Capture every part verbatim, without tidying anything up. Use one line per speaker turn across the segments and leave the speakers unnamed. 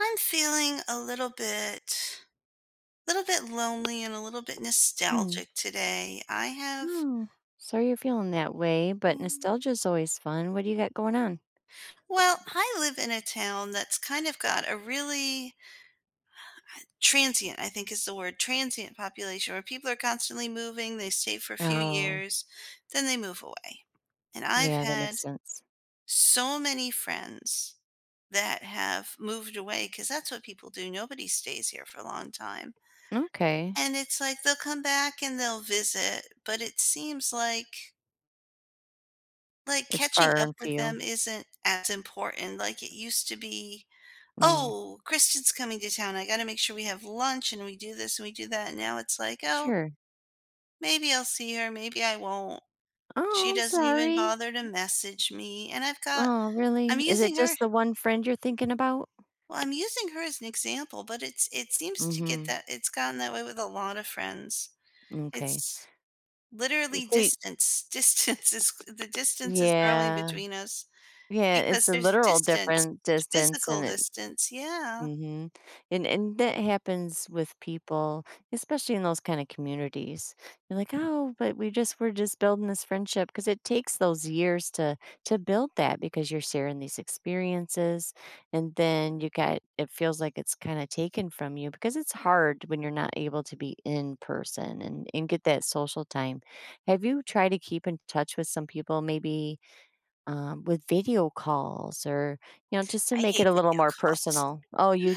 I'm feeling a little bit little bit lonely and a little bit
Mm.
nostalgic today. I have
Oh, sorry you're feeling that way, but
mm,
nostalgia's always fun. What do you got going on?
well, I live in a town that's kind of got a really transient, I think is the word, transient population where people are constantly moving. They stay for a few
Oh,
years, then they move away. And I've
yeah, that makes
had
sense.
so many friends that have moved away because that's what people do. Nobody stays here for a long time.
Okay.
And it's like they'll come back and they'll visit, but it seems like like
It's
catching
far
up
and
with
few.
them isn't as important like it used to be.
Mm.
"Oh, Kristen's coming to town. I gotta make sure we have lunch and we do this and we do that." Now it's like, "Oh,
Sure.
maybe I'll see her, maybe I won't."
Oh,
She
I'm
doesn't even
sorry.
bother to message me, and I've got
Oh,
I'm
really? Is it
using her
just the one friend you're thinking about?
well, I'm using her as an example, but it's it seems to get
Mm-hmm.
that it's gotten that way with a lot of friends.
Okay.
It's Literally
So y-
distance, distance is the distance is growing
yeah.
between us
Yeah,
because
it's a
there's
literal
distance,
different distance
physical
and it
distance, yeah.
Mhm. And and that happens with people, especially in those kind of communities. You're like, "Oh, but we just we're just building this friendship because it takes those years to to build that because you're sharing these experiences, and then you got it feels like it's kinda taken from you because it's hard when you're not able to be in person and and get that social time. Have you tried to keep in touch with some people maybe um, with video calls or, you know, just to
I
make it
hate
a little
video
more
calls.
personal. Oh, you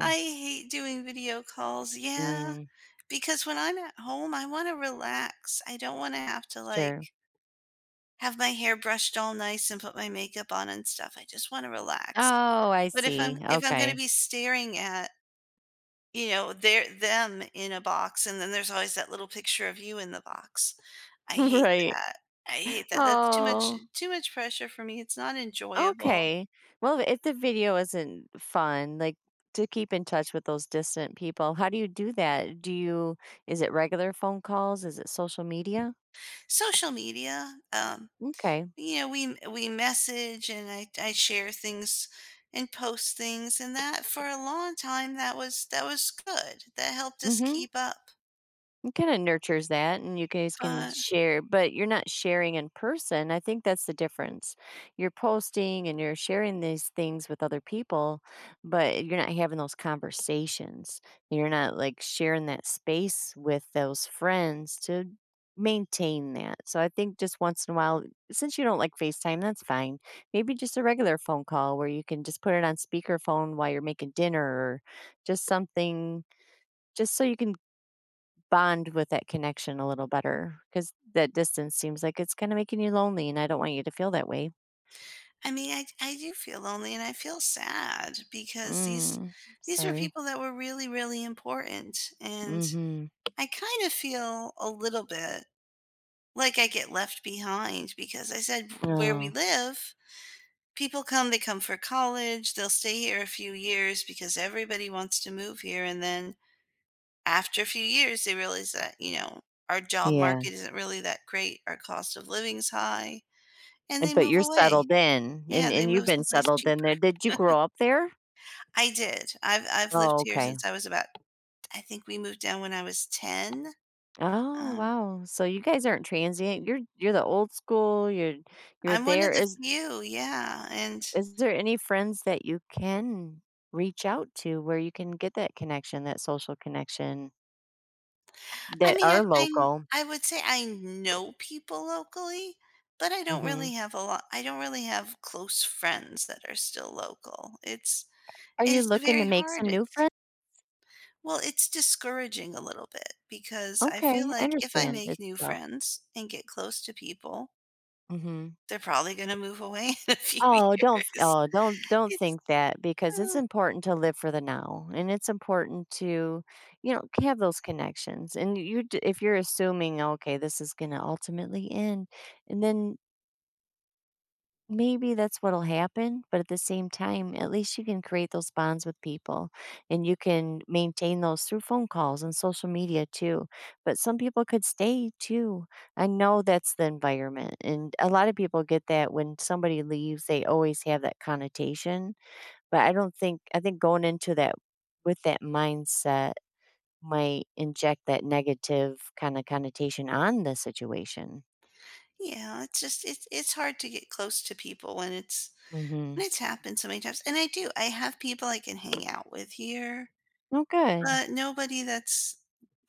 I hate doing video calls, yeah,
Mm,
because when I'm at home, I wanna relax. I don't wanna have to, like,
sure.
have my hair brushed all nice and put my makeup on and stuff. I just wanna relax.
Oh, I
But if I'm
see.
if I'm gonna
Okay.
be staring at You know, they're them in a box, and then there's always that little picture of you in the box. I hate
Right.
that. I hate that. That's too much
Oh,
too much pressure for me. It's not enjoyable.
okay. Well, if the video isn't fun, like to keep in touch with those distant people, how do you do that? Do you, is it regular phone calls? Is it social media?
Social media, um,
Okay.
you know, we we message and I I share things and post things, and that for a long time that was that was good. That helped us
Mm-hmm.
keep up.
Kind of nurtures that, and you guys can
But
share, but you're not sharing in person. I think that's the difference. You're posting and you're sharing these things with other people, but you're not having those conversations. You're not like sharing that space with those friends to maintain that. So I think just once in a while, since you don't like FaceTime, that's fine. Maybe just a regular phone call where you can just put it on speakerphone while you're making dinner or just something just so you can bond with that connection a little better because that distance seems like it's kind of making you lonely, and I don't want you to feel that way.
I mean, I I do feel lonely and I feel sad because these
Mm,
these were
sorry.
people that were really, really important. And
Mhm.
I kind of feel a little bit like I get left behind because I said where we
Oh,
live, people come, they come for college, they'll stay here a few years because everybody wants to move here. And then after a few years, they realize that, you know, our job
yeah.
market isn't really that great, our cost of living's high, and
And
they
but
move
you're
away.
settled in, and
Yeah, they
and you've
move
been
someplace
settled in there.
cheaper.
Did you grow up there?
I did. I've I've lived
Oh,
here
okay.
since I was about I think we moved down when I was ten.
Oh,
Um,
wow. So you guys aren't transient. You're you're the old school. You're you're
I'm one of
there.
the
Is
few, yeah. And
is there any friends that you can reach out to where you can get that connection, that social connection
I
that
mean, I
are
I
local?
I would say I know people locally, but I don't really
Mhm.
have a lot I don't really have close friends that are still local. It's
Are you
it's
looking to
very
make
hard.
some new
It's
friends?
Well, it's discouraging a little bit because I feel
Okay, I
like if I
understand,
make
it's
new
tough.
friends and get close to people,
Mhm.
they're probably gonna move away in a few
Oh, don't f
years.
oh, don't don't
It's,
think that because it's
uh
important to live for the now, and it's important to, you know, have those connections, and you d if you're assuming, "Okay, this is gonna ultimately end," and then maybe that's what'll happen, but at the same time, at least you can create those bonds with people and you can maintain those through phone calls and social media too. But some people could stay too. I know that's the environment. And a lot of people get that when somebody leaves, they always have that connotation. But I don't think, I think going into that with that mindset might inject that negative kind of connotation on the situation.
yeah, it's just it's it's hard to get close to people when it's
Hmm.
when it's happened so many times, and I do. I have people I can hang out with here.
Oh, good.
But nobody that's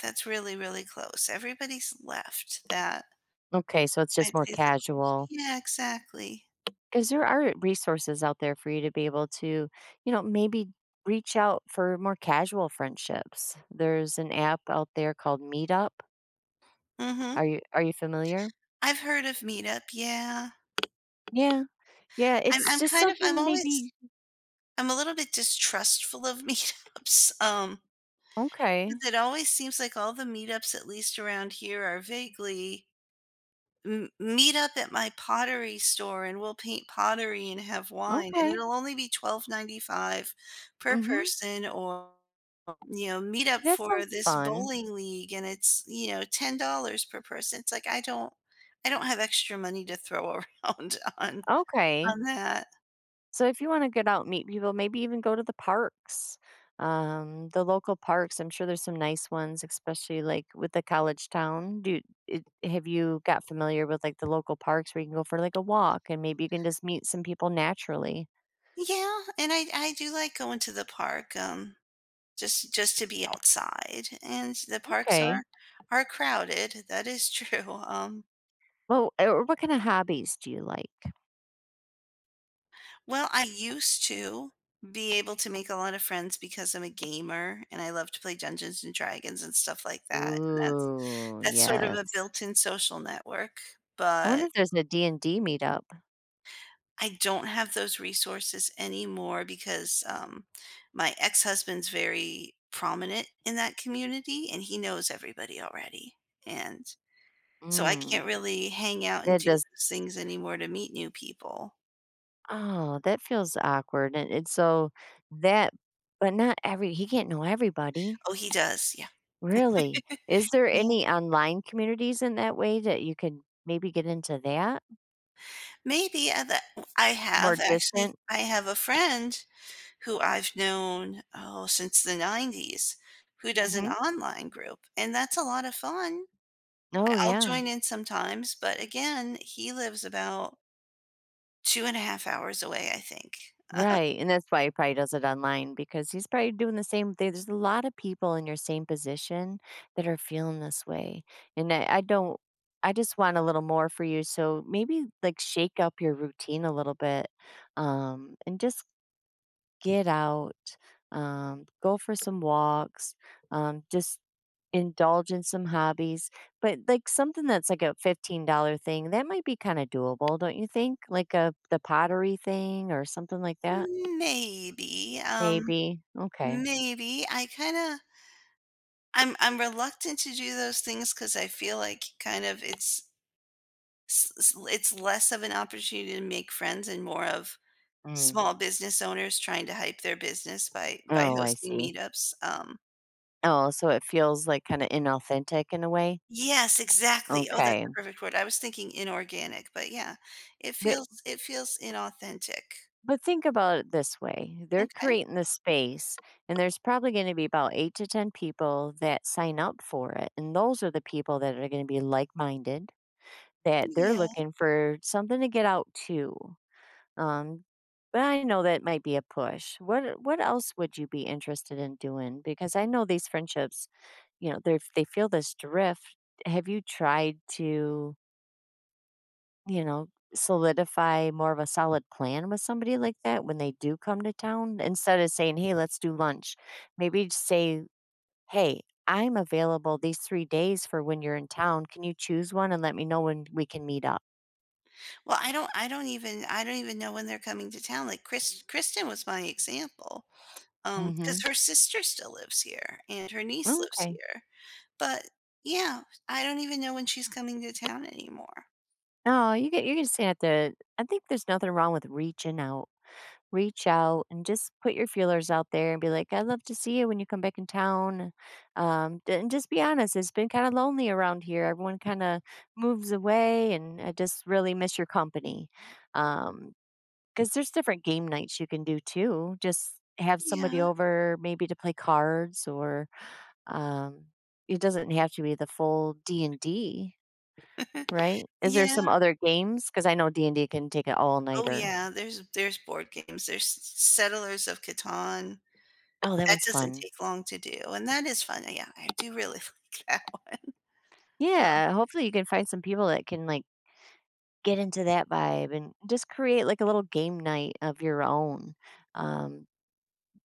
that's really, really close. Everybody's left that
Okay. So it's
I'd
just more
say is the close.
casual.
Yeah, exactly.
'Cause there are resources out there for you to be able to, you know, maybe reach out for more casual friendships. There's an app out there called Meetup.
Mhm.
Are you are you familiar?
I've heard of Meetup, yeah.
Yeah. Yeah,
I'm
it's
I'm
just
kind of I'm
something
always
maybe
I'm a little bit distrustful of meetups, um,
okay.
'cause it always seems like all the meetups, at least around here, are vaguely M meet up at my pottery store, and we'll paint pottery and have wine, and
Okay.
it'll only be twelve ninety five per
Mhm.
person, or, you know, meet up
That
for
sounds
this
fun.
bowling league, and it's, you know, ten dollars per person. It's like, I don't I don't have extra money to throw around on
Okay.
on that.
So if you want to get out and meet people, maybe even go to the parks, um, the local parks. I'm sure there's some nice ones, especially like with the college town. Do it, have you got familiar with like the local parks where you can go for like a walk and maybe you can just meet some people naturally?
Yeah, and I I do like going to the park, um, just just to be outside, and the parks
Okay.
are are crowded. That is true, um
Well, eh, or what kind of hobbies do you like?
Well, I used to be able to make a lot of friends because I'm a gamer and I love to play Dungeons and Dragons and stuff like that. And that's
Ooh,
that's sort of a
yes.
built-in social network,
I wonder
but
if there's a D and D meetup.
I don't have those resources anymore because um, my ex-husband's very prominent in that community and he knows everybody already. And so I can't
Mm.
really hang out and
It
do
does
those things anymore to meet new people.
oh, that feels awkward, and and so that but not every he can't know everybody,
Oh, he does. Yeah.
really. Is there any online communities in that way that you could maybe get into that?
Maybe, uh, that I
More
have actually
distant?
I have a friend who I've known, oh, since the nineties, who does an
Mhm.
online group, and that's a lot of fun. I
Oh,
will
yeah.
join in sometimes, but again, he lives about two and a half hours away, I think.
Right, and that's why he probably does it online because he's probably doing the same thing. There's a lot of people in your same position that are feeling this way, and I I don't I just want a little more for you, so maybe, like, shake up your routine a little bit, um, and just get out, um, go for some walks, um, just indulge in some hobbies. But like something that's like a fifteen dollars thing, that might be kind of doable, don't you think? Like a the pottery thing or something like that?
Maybe, um,
Maybe. Okay.
maybe. I kinda I'm I'm reluctant to do those things because I feel like kind of it's s s it's less of an opportunity to make friends and more of
Mm.
small business owners trying to hype their business by by
Oh, I
hosting
see.
meetups, um
Oh, so it feels like kind of inauthentic in a way.
Yes, exactly. Oh, that's
Okay.
the perfect word. I was thinking inorganic, but yeah, it
But
feels it feels inauthentic.
But think about it this way. They're
Okay.
creating the space and there's probably going to be about eight to ten people that sign up for it and those are the people that are going to be like-minded that they're
Yeah.
looking for something to get out to. Um but I know that might be a push. What what else would you be interested in doing because I know these friendships, you know, they they feel this drift. Have you tried to you know, solidify more of a solid plan with somebody like that when they do come to town instead of saying, "Hey, let's do lunch." Maybe just say, "Hey, I'm available these three days for when you're in town. Can you choose one and let me know when we can meet up?"
Well, I don't I don't even I don't even know when they're coming to town. Like Chris Kristen was my example, because
Mhm.
her sister still lives here and her niece lives
Okay.
here. But yeah, I don't even know when she's coming to town anymore.
No, you get you can say at the I think there's nothing wrong with reaching out. Reach out and just put your feelers out there and be like, I'd love to see you when you come back in town. Um, d- and just be honest, it's been kind of lonely around here. Everyone kind of moves away, and I just really miss your company. Um, because there's different game nights you can do too. Just have somebody
Yeah.
over maybe to play cards or um it doesn't have to be the full D and D, right? Is there
Yeah.
some other games cuz I know D and D can take an
Oh,
all-nighter.
yeah, there's there's board games, there's Settlers of Catan.
Oh, that
That
one's
doesn't
fun.
take long to do, and that is fun, yeah, I do really like that one, um,
Yeah, hopefully you can find some people that can like get into that vibe and just create like a little game night of your own. Um,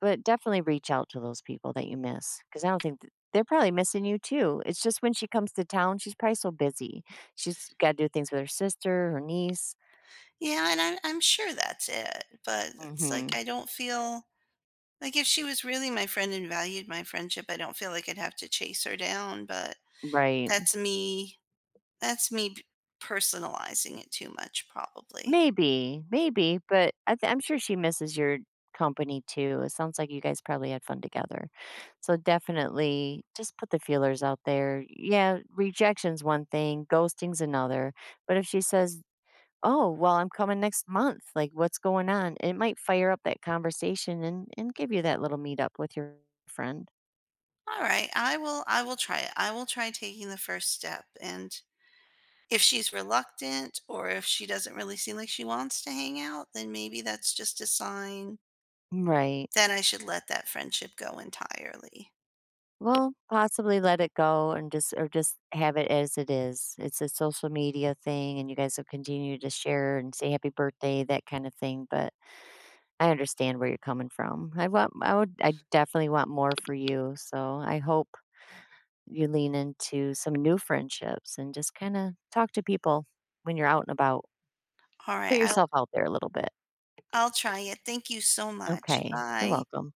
but definitely reach out to those people that you miss because I don't think th- they're probably missing you too. It's just when she comes to town, she's probably so busy. She's got to do things with her sister, her niece.
yeah, and I'm I'm sure that's it, but it's like,
Hmm.
I don't feel like if she was really my friend and valued my friendship, I don't feel like I'd have to chase her down, but
Right.
that's me that's me p personalizing it too much probably.
Maybe, maybe, but I th I'm sure she misses your company too. It sounds like you guys probably had fun together. So definitely just put the feelers out there. Yeah, rejection's one thing, ghosting's another. But if she says, "Oh, well, I'm coming next month. Like, what's going on?" It might fire up that conversation and and give you that little meetup with your friend.
Alright, I will I will try it. I will try taking the first step, and if she's reluctant or if she doesn't really seem like she wants to hang out, then maybe that's just a sign
Right.
that I should let that friendship go entirely.
Well, possibly let it go and just or just have it as it is. It's a social media thing and you guys will continue to share and say happy birthday, that kind of thing, but I understand where you're coming from. I want I would I definitely want more for you, so I hope you lean into some new friendships and just kind of talk to people when you're out and about.
All
Put
right, I'll
yourself out there a little bit.
I'll try it. Thank you so much.
Okay. You're
Bye.
welcome.